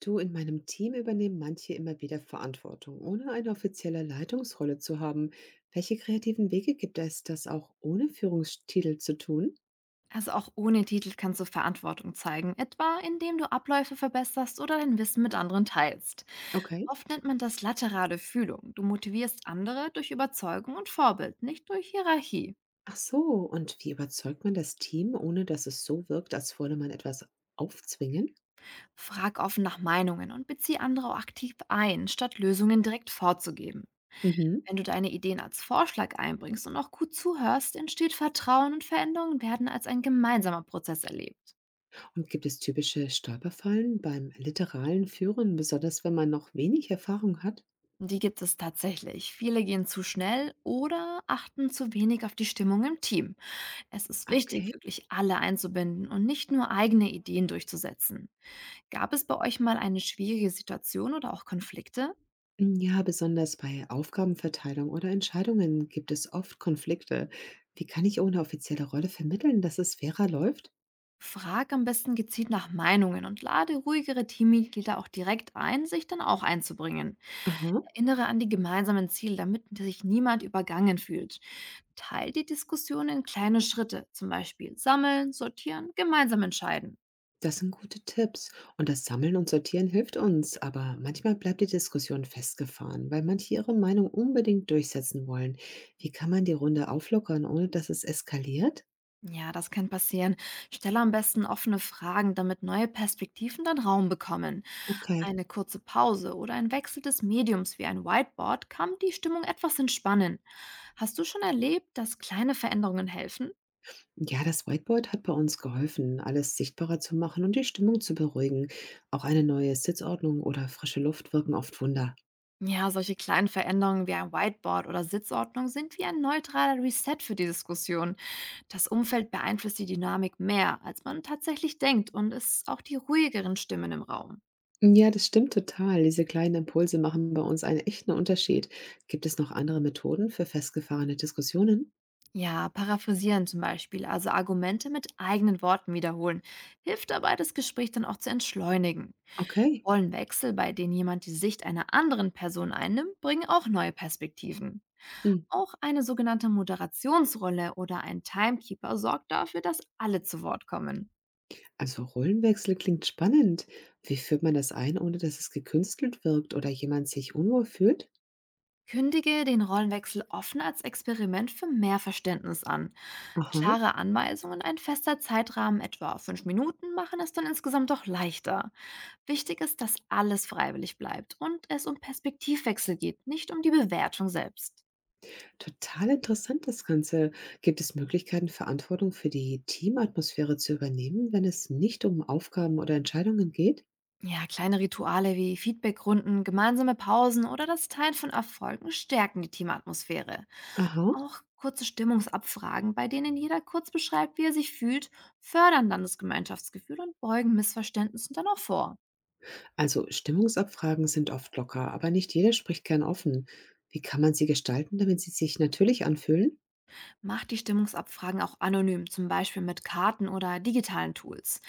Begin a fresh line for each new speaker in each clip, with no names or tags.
Du, in meinem Team übernehmen manche immer wieder Verantwortung, ohne eine offizielle Leitungsrolle zu haben. Welche kreativen Wege gibt es, das auch ohne Führungstitel zu tun?
Also auch ohne Titel kannst du Verantwortung zeigen, etwa indem du Abläufe verbesserst oder dein Wissen mit anderen teilst.
Okay.
Oft nennt man das laterale Fühlung. Du motivierst andere durch Überzeugung und Vorbild, nicht durch Hierarchie.
Ach so, und wie überzeugt man das Team, ohne dass es so wirkt, als wolle man etwas aufzwingen?
Frag offen nach Meinungen und beziehe andere auch aktiv ein, statt Lösungen direkt vorzugeben.
Mhm.
Wenn du deine Ideen als Vorschlag einbringst und auch gut zuhörst, entsteht Vertrauen und Veränderungen werden als ein gemeinsamer Prozess erlebt.
Und gibt es typische Stolperfallen beim literalen Führen, besonders wenn man noch wenig Erfahrung hat?
Die gibt es tatsächlich. Viele gehen zu schnell oder achten zu wenig auf die Stimmung im Team. Es ist wichtig,
Okay.
wirklich alle einzubinden und nicht nur eigene Ideen durchzusetzen. Gab es bei euch mal eine schwierige Situation oder auch Konflikte?
Ja, besonders bei Aufgabenverteilung oder Entscheidungen gibt es oft Konflikte. Wie kann ich ohne offizielle Rolle vermitteln, dass es fairer läuft?
Frag am besten gezielt nach Meinungen und lade ruhigere Teammitglieder auch direkt ein, sich dann auch einzubringen.
Aha,
Erinnere an die gemeinsamen Ziele, damit sich niemand übergangen fühlt. Teil die Diskussion in kleine Schritte, zum Beispiel sammeln, sortieren, gemeinsam entscheiden.
das sind gute Tipps. Und das Sammeln und Sortieren hilft uns, aber manchmal bleibt die Diskussion festgefahren, weil manche ihre Meinung unbedingt durchsetzen wollen. Wie kann man die Runde auflockern, ohne dass es eskaliert?
Ja, das kann passieren. Stelle am besten offene Fragen, damit neue Perspektiven dann Raum bekommen.
Okay.
Eine kurze Pause oder ein Wechsel des Mediums wie ein Whiteboard kann die Stimmung etwas entspannen. Hast du schon erlebt, dass kleine Veränderungen helfen?
Ja, das Whiteboard hat bei uns geholfen, alles sichtbarer zu machen und die Stimmung zu beruhigen. Auch eine neue Sitzordnung oder frische Luft wirken oft Wunder.
Ja, solche kleinen Veränderungen wie ein Whiteboard oder Sitzordnung sind wie ein neutraler Reset für die Diskussion. Das Umfeld beeinflusst die Dynamik mehr, als man tatsächlich denkt und es auch die ruhigeren Stimmen im Raum.
Ja, das stimmt total. Diese kleinen Impulse machen bei uns einen echten Unterschied. Gibt es noch andere Methoden für festgefahrene Diskussionen?
Ja, paraphrasieren zum Beispiel, also Argumente mit eigenen Worten wiederholen, hilft dabei, das Gespräch dann auch zu entschleunigen.
Okay.
Rollenwechsel, bei denen jemand die Sicht einer anderen Person einnimmt, bringen auch neue Perspektiven.
Hm.
Auch eine sogenannte Moderationsrolle oder ein Timekeeper sorgt dafür, dass alle zu Wort kommen.
Also Rollenwechsel klingt spannend. Wie führt man das ein, ohne dass es gekünstelt wirkt oder jemand sich unwohl fühlt?
Kündige den Rollenwechsel offen als Experiment für mehr Verständnis an.
Aha,
Klare Anweisungen, und ein fester Zeitrahmen, etwa 5 Minuten, machen es dann insgesamt doch leichter. Wichtig ist, dass alles freiwillig bleibt und es um Perspektivwechsel geht, nicht um die Bewertung selbst.
total interessant das Ganze. Gibt es Möglichkeiten, Verantwortung für die Teamatmosphäre zu übernehmen, wenn es nicht um Aufgaben oder Entscheidungen geht?
Ja, kleine Rituale wie Feedbackrunden, gemeinsame Pausen oder das Teilen von Erfolgen stärken die Teamatmosphäre.
Aha.
Auch kurze Stimmungsabfragen, bei denen jeder kurz beschreibt, wie er sich fühlt, fördern dann das Gemeinschaftsgefühl und beugen Missverständnissen dann auch vor.
Also Stimmungsabfragen sind oft locker, aber nicht jeder spricht gern offen. Wie kann man sie gestalten, damit sie sich natürlich anfühlen?
Macht die Stimmungsabfragen auch anonym, zum Beispiel mit Karten oder digitalen Tools.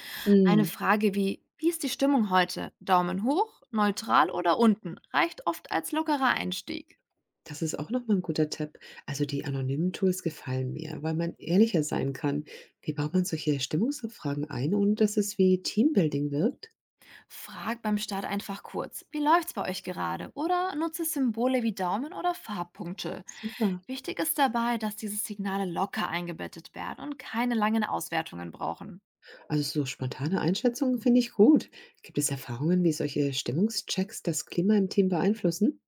Eine
Mm,
Frage wie Wie ist die Stimmung heute? Daumen hoch, neutral oder unten reicht oft als lockerer Einstieg.
Das ist auch nochmal ein guter Tipp. Also die anonymen Tools gefallen mir, weil man ehrlicher sein kann. Wie baut man solche Stimmungsabfragen ein, ohne dass es wie Teambuilding wirkt?
Frag beim Start einfach kurz, wie läuft's bei euch gerade? Oder nutze Symbole wie Daumen oder Farbpunkte.
Super.
Wichtig ist dabei, dass diese Signale locker eingebettet werden und keine langen Auswertungen brauchen.
Also so spontane Einschätzungen finde ich gut. Gibt es Erfahrungen, wie solche Stimmungschecks das Klima im Team beeinflussen?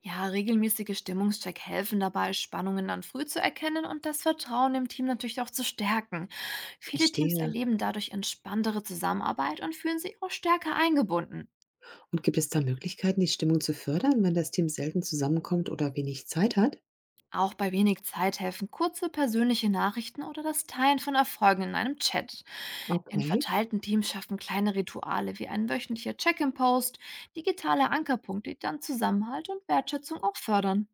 Ja, regelmäßige Stimmungscheck helfen dabei, Spannungen dann früh zu erkennen und das Vertrauen im Team natürlich auch zu stärken. Viele Teams
Verstehe.
erleben dadurch entspanntere Zusammenarbeit und fühlen sich auch stärker eingebunden.
Und gibt es da Möglichkeiten, die Stimmung zu fördern, wenn das Team selten zusammenkommt oder wenig Zeit hat?
Auch bei wenig Zeit helfen kurze persönliche Nachrichten oder das Teilen von Erfolgen in einem Chat. In
Okay,
verteilten Teams schaffen kleine Rituale wie ein wöchentlicher Check-in-Post, digitale Ankerpunkte, die dann Zusammenhalt und Wertschätzung auch fördern.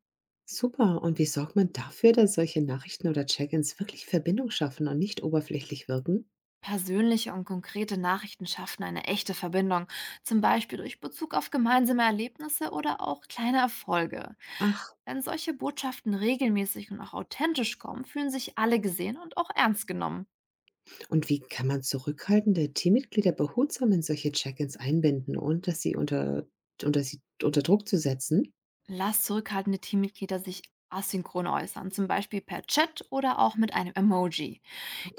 super. Und wie sorgt man dafür, dass solche Nachrichten oder Check-ins wirklich Verbindung schaffen und nicht oberflächlich wirken?
Persönliche und konkrete Nachrichten schaffen eine echte Verbindung, zum Beispiel durch Bezug auf gemeinsame Erlebnisse oder auch kleine Erfolge.
Ach,
Wenn solche Botschaften regelmäßig und auch authentisch kommen, fühlen sich alle gesehen und auch ernst genommen.
und wie kann man zurückhaltende Teammitglieder behutsam in solche Check-ins einbinden und dass sie sie unter Druck zu setzen?
Lass zurückhaltende Teammitglieder sich asynchron äußern, zum Beispiel per Chat oder auch mit einem Emoji.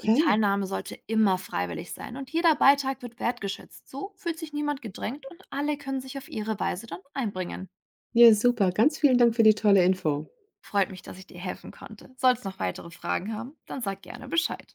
Die Teilnahme sollte immer freiwillig sein und jeder Beitrag wird wertgeschätzt. So fühlt sich niemand gedrängt und alle können sich auf ihre Weise dann einbringen.
Ja, super. Ganz vielen Dank für die tolle Info.
Freut mich, dass ich dir helfen konnte. Sollst noch weitere Fragen haben, dann sag gerne Bescheid.